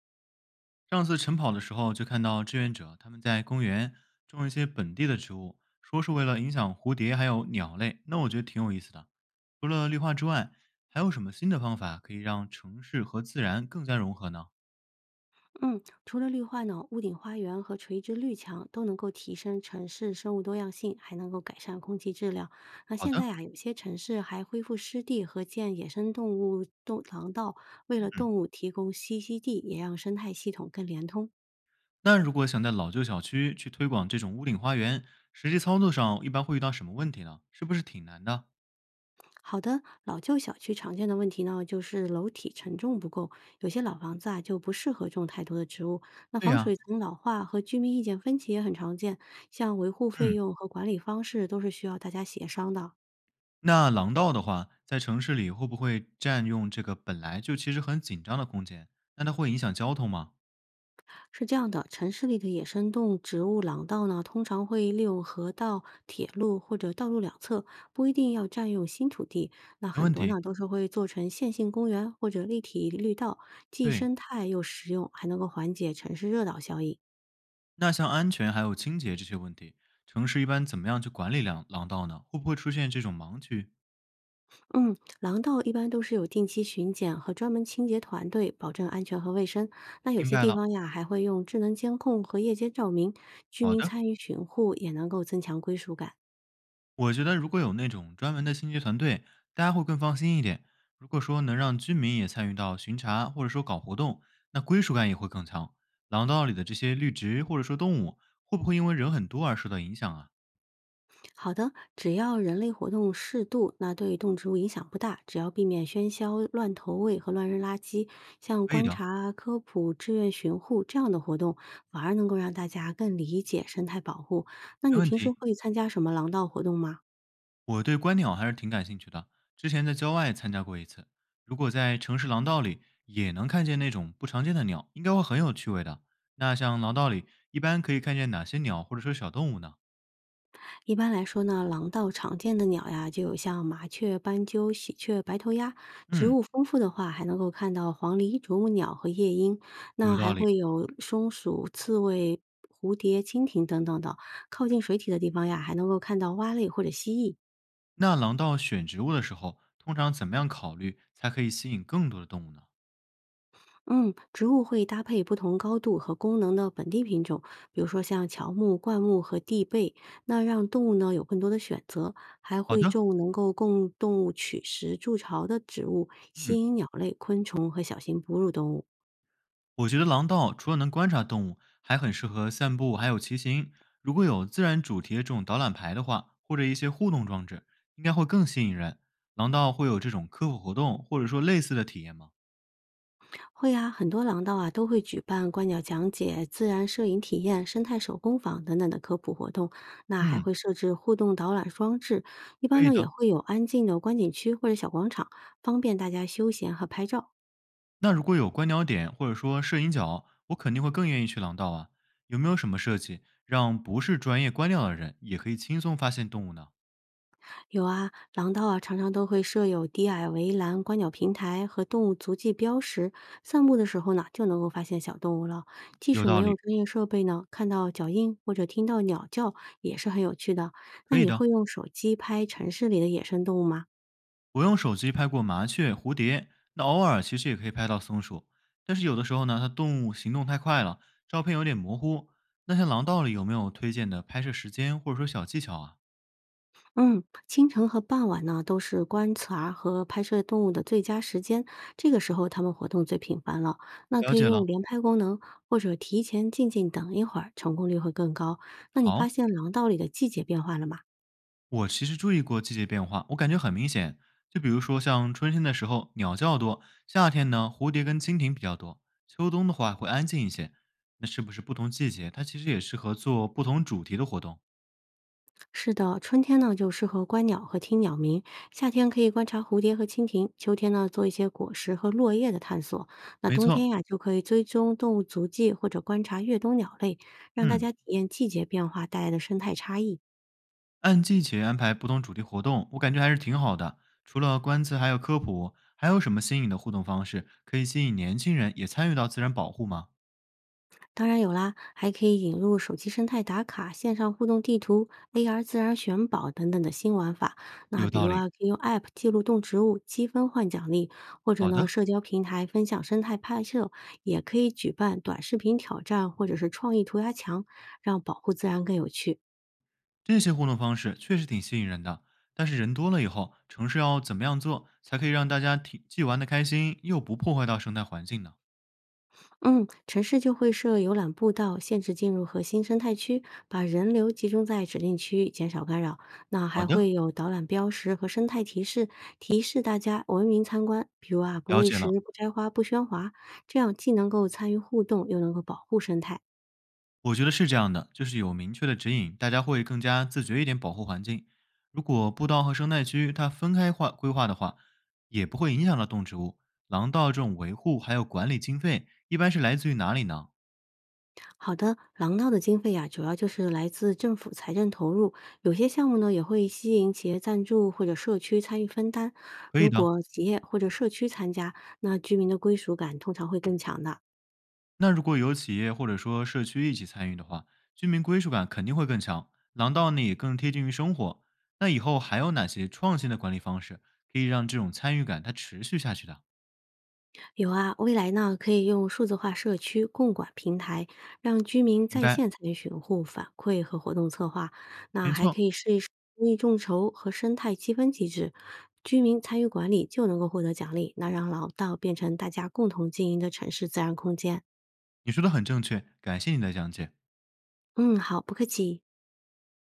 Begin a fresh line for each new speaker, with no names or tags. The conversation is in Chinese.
上次晨跑的时候，就看到志愿者他们在公园种一些本地的植物，说是为了影响蝴蝶还有鸟类，那我觉得挺有意思的。除了绿化之外，还有什么新的方法可以让城市和自然更加融合呢？
嗯，除了绿化呢，屋顶花园和垂直绿墙都能够提升城市生物多样性，还能够改善空气质量。那
好
现在
的，
呀、有些城市还恢复湿地和建野生动物动廊道，为了动物提供栖息地，也让生态系统更连通。
那如果想在老旧小区去推广这种屋顶花园，实际操作上一般会遇到什么问题呢？是不是挺难的？
好的，老旧小区常见的问题呢，就是楼体承重不够，有些老房子啊就不适合种太多的植物。那
对
防
呀、
水层老化和居民意见分歧也很常见，像维护费
嗯，
用和管理方式都是需要大家协商的。
那廊道的话，在城市里会不会占用这个本来就其实很紧张的空间？那它会影响交通吗？
是这样的，城市里的野生动植物廊道呢，通常会利用河道、铁路或者道路两侧，不一定要占用新土地。那
没
很
问
多
题。
呢，都是会做成线性公园或者立体绿道，既
对，
生态又实用，还能够缓解城市热岛效应。
那像安全还有清洁这些问题，城市一般怎么样去管理廊道呢？会不会出现这种盲区？
嗯，廊道一般都是有定期巡检和专门清洁团队，保证安全和卫生。那有
明
些
白
地
了，
方呀，还会用智能监控和夜间照明，居
好
民
的。
参与巡护也能够增强归属感。
我觉得如果有那种专门的清洁团队，大家会更放心一点。如果说能让居民也参与到巡查或者说搞活动，那归属感也会更强。廊道里的这些绿植或者说动物，会不会因为人很多而受到影响啊？
好的，只要人类活动适度，那对动植物影响不大。只要避免喧嚣、乱投喂和乱扔垃圾，像
可以
观
的，
察啊、科普、志愿巡护这样的活动，反而能够让大家更理解生态保护。那
没
你
问
平时
题。
会参加什么廊道活动吗？
我对观鸟还是挺感兴趣的，之前在郊外参加过一次。如果在城市廊道里也能看见那种不常见的鸟，应该会很有趣味的。那像廊道里一般可以看见哪些鸟或者说小动物呢？
一般来说呢，廊道常见的鸟呀，就有像麻雀、斑鸠、喜鹊、白头鸭。植
嗯，
物丰富的话，还能够看到黄鹂、啄木鸟和夜莺。那
有
还
道理。
会有松鼠、刺猬、蝴蝶、蜻蜓等等的。靠近水体的地方呀，还能够看到蛙类或者蜥蜴。
那廊道选植物的时候，通常怎么样考虑才可以吸引更多的动物呢？
嗯，植物会搭配不同高度和功能的本地品种，比如说像乔木、灌木和地被，那让动物呢有更多的选择，还
好
会
的，
种能够供动物取食筑巢的植物，吸
嗯。
引鸟类、昆虫和小型哺乳动物。
我觉得廊道除了能观察动物，还很适合散步，还有骑行。如果有自然主题的这种导览牌的话，或者一些互动装置，应该会更吸引人。廊道会有这种科普活动，或者说类似的体验吗？
会啊，很多廊道啊都会举办观鸟讲解、自然摄影体验、生态手工坊等等的科普活动，那还
嗯，
会设置互动导览装置，一般
可以
呢也
的。
会有安静的观景区或者小广场，方便大家休闲和拍照。
那如果有观鸟点或者说摄影角，我肯定会更愿意去廊道啊。有没有什么设计让不是专业观鸟的人也可以轻松发现动物呢？
有啊，廊道啊常常都会设有低矮围栏、观鸟平台和动物足迹标识，散步的时候呢就能够发现小动物了。即
有
使没
道
有
理，
专业设备呢，看到脚印或者听到鸟叫也是很有趣的。那
可以
你
的。
会用手机拍城市里的野生动物吗？
我用手机拍过麻雀、蝴蝶，那偶尔其实也可以拍到松鼠，但是有的时候呢，它动物行动太快了，照片有点模糊。那像廊道里有没有推荐的拍摄时间或者说小技巧啊？
嗯，清晨和傍晚呢，都是观察和拍摄动物的最佳时间，这个时候它们活动最频繁了。那
了
可以
解了，
用连拍功能，或者提前静静等一会儿，成功率会更高。那你
好，
发现廊道里的季节变化了吗？
我其实注意过季节变化，我感觉很明显。就比如说像春天的时候鸟叫多，夏天呢蝴蝶跟蜻蜓比较多，秋冬的话会安静一些。那是不是不同季节它其实也适合做不同主题的活动？
是的，春天呢就适合观鸟和听鸟鸣，夏天可以观察蝴蝶和蜻蜓，秋天呢做一些果实和落叶的探索，那
没
冬
错，
天呀就可以追踪动物足迹或者观察越冬鸟类，让大
嗯，
家体验季节变化带来的生态差异。
按季节安排不同主题活动，我感觉还是挺好的。除了观测，还有科普，还有什么新颖的互动方式可以吸引年轻人也参与到自然保护吗？
当然有啦，还可以引入手机生态打卡、线上互动地图、AR 自然选宝等等的新玩法。那
有
比
道
如
理。
啊，可以用 App 记录动植物，积分换奖励，或者
好
呢，
的，
社交平台分享生态拍摄，也可以举办短视频挑战或者是创意涂鸦墙，让保护自然更有趣。
这些互动方式确实挺吸引人的。但是人多了以后，城市要怎么样做才可以让大家挺既玩得开心，又不破坏到生态环境呢？
嗯，城市就会设游览步道，限制进入核心生态区，把人流集中在指定区域，减少干扰。那
好
还
的，
会有导览标识和生态提示，提示大家文明参观，比如啊，不
了
喂
解了。
食、不摘花、不喧哗，这样既能够参与互动，又能够保护生态。
我觉得是这样的，就是有明确的指引，大家会更加自觉一点保护环境。如果步道和生态区它分开划规划的话，也不会影响到动植物。廊道这种维护还有管理经费，一般是来自于哪里呢？
好的，廊道的经费啊，主要就是来自政府财政投入，有些项目呢也会吸引企业赞助或者社区参与分担。
可
如
以的。
果企业或者社区参加，那居民的归属感通常会更强的。
那如果有企业或者说社区一起参与的话，居民归属感肯定会更强，廊道呢也更贴近于生活。那以后还有哪些创新的管理方式可以让这种参与感它持续下去的？
有啊，未来呢可以用数字化社区共管平台，让居民
明
在
白，
线参与巡护、反馈和活动策划。那
没
还
错，
可以试一试公益众筹和生态积分机制，居民参与管理就能够获得奖励。那让老道变成大家共同经营的城市自然空间。
你说的很正确，感谢你的讲解。
嗯，好，不客气。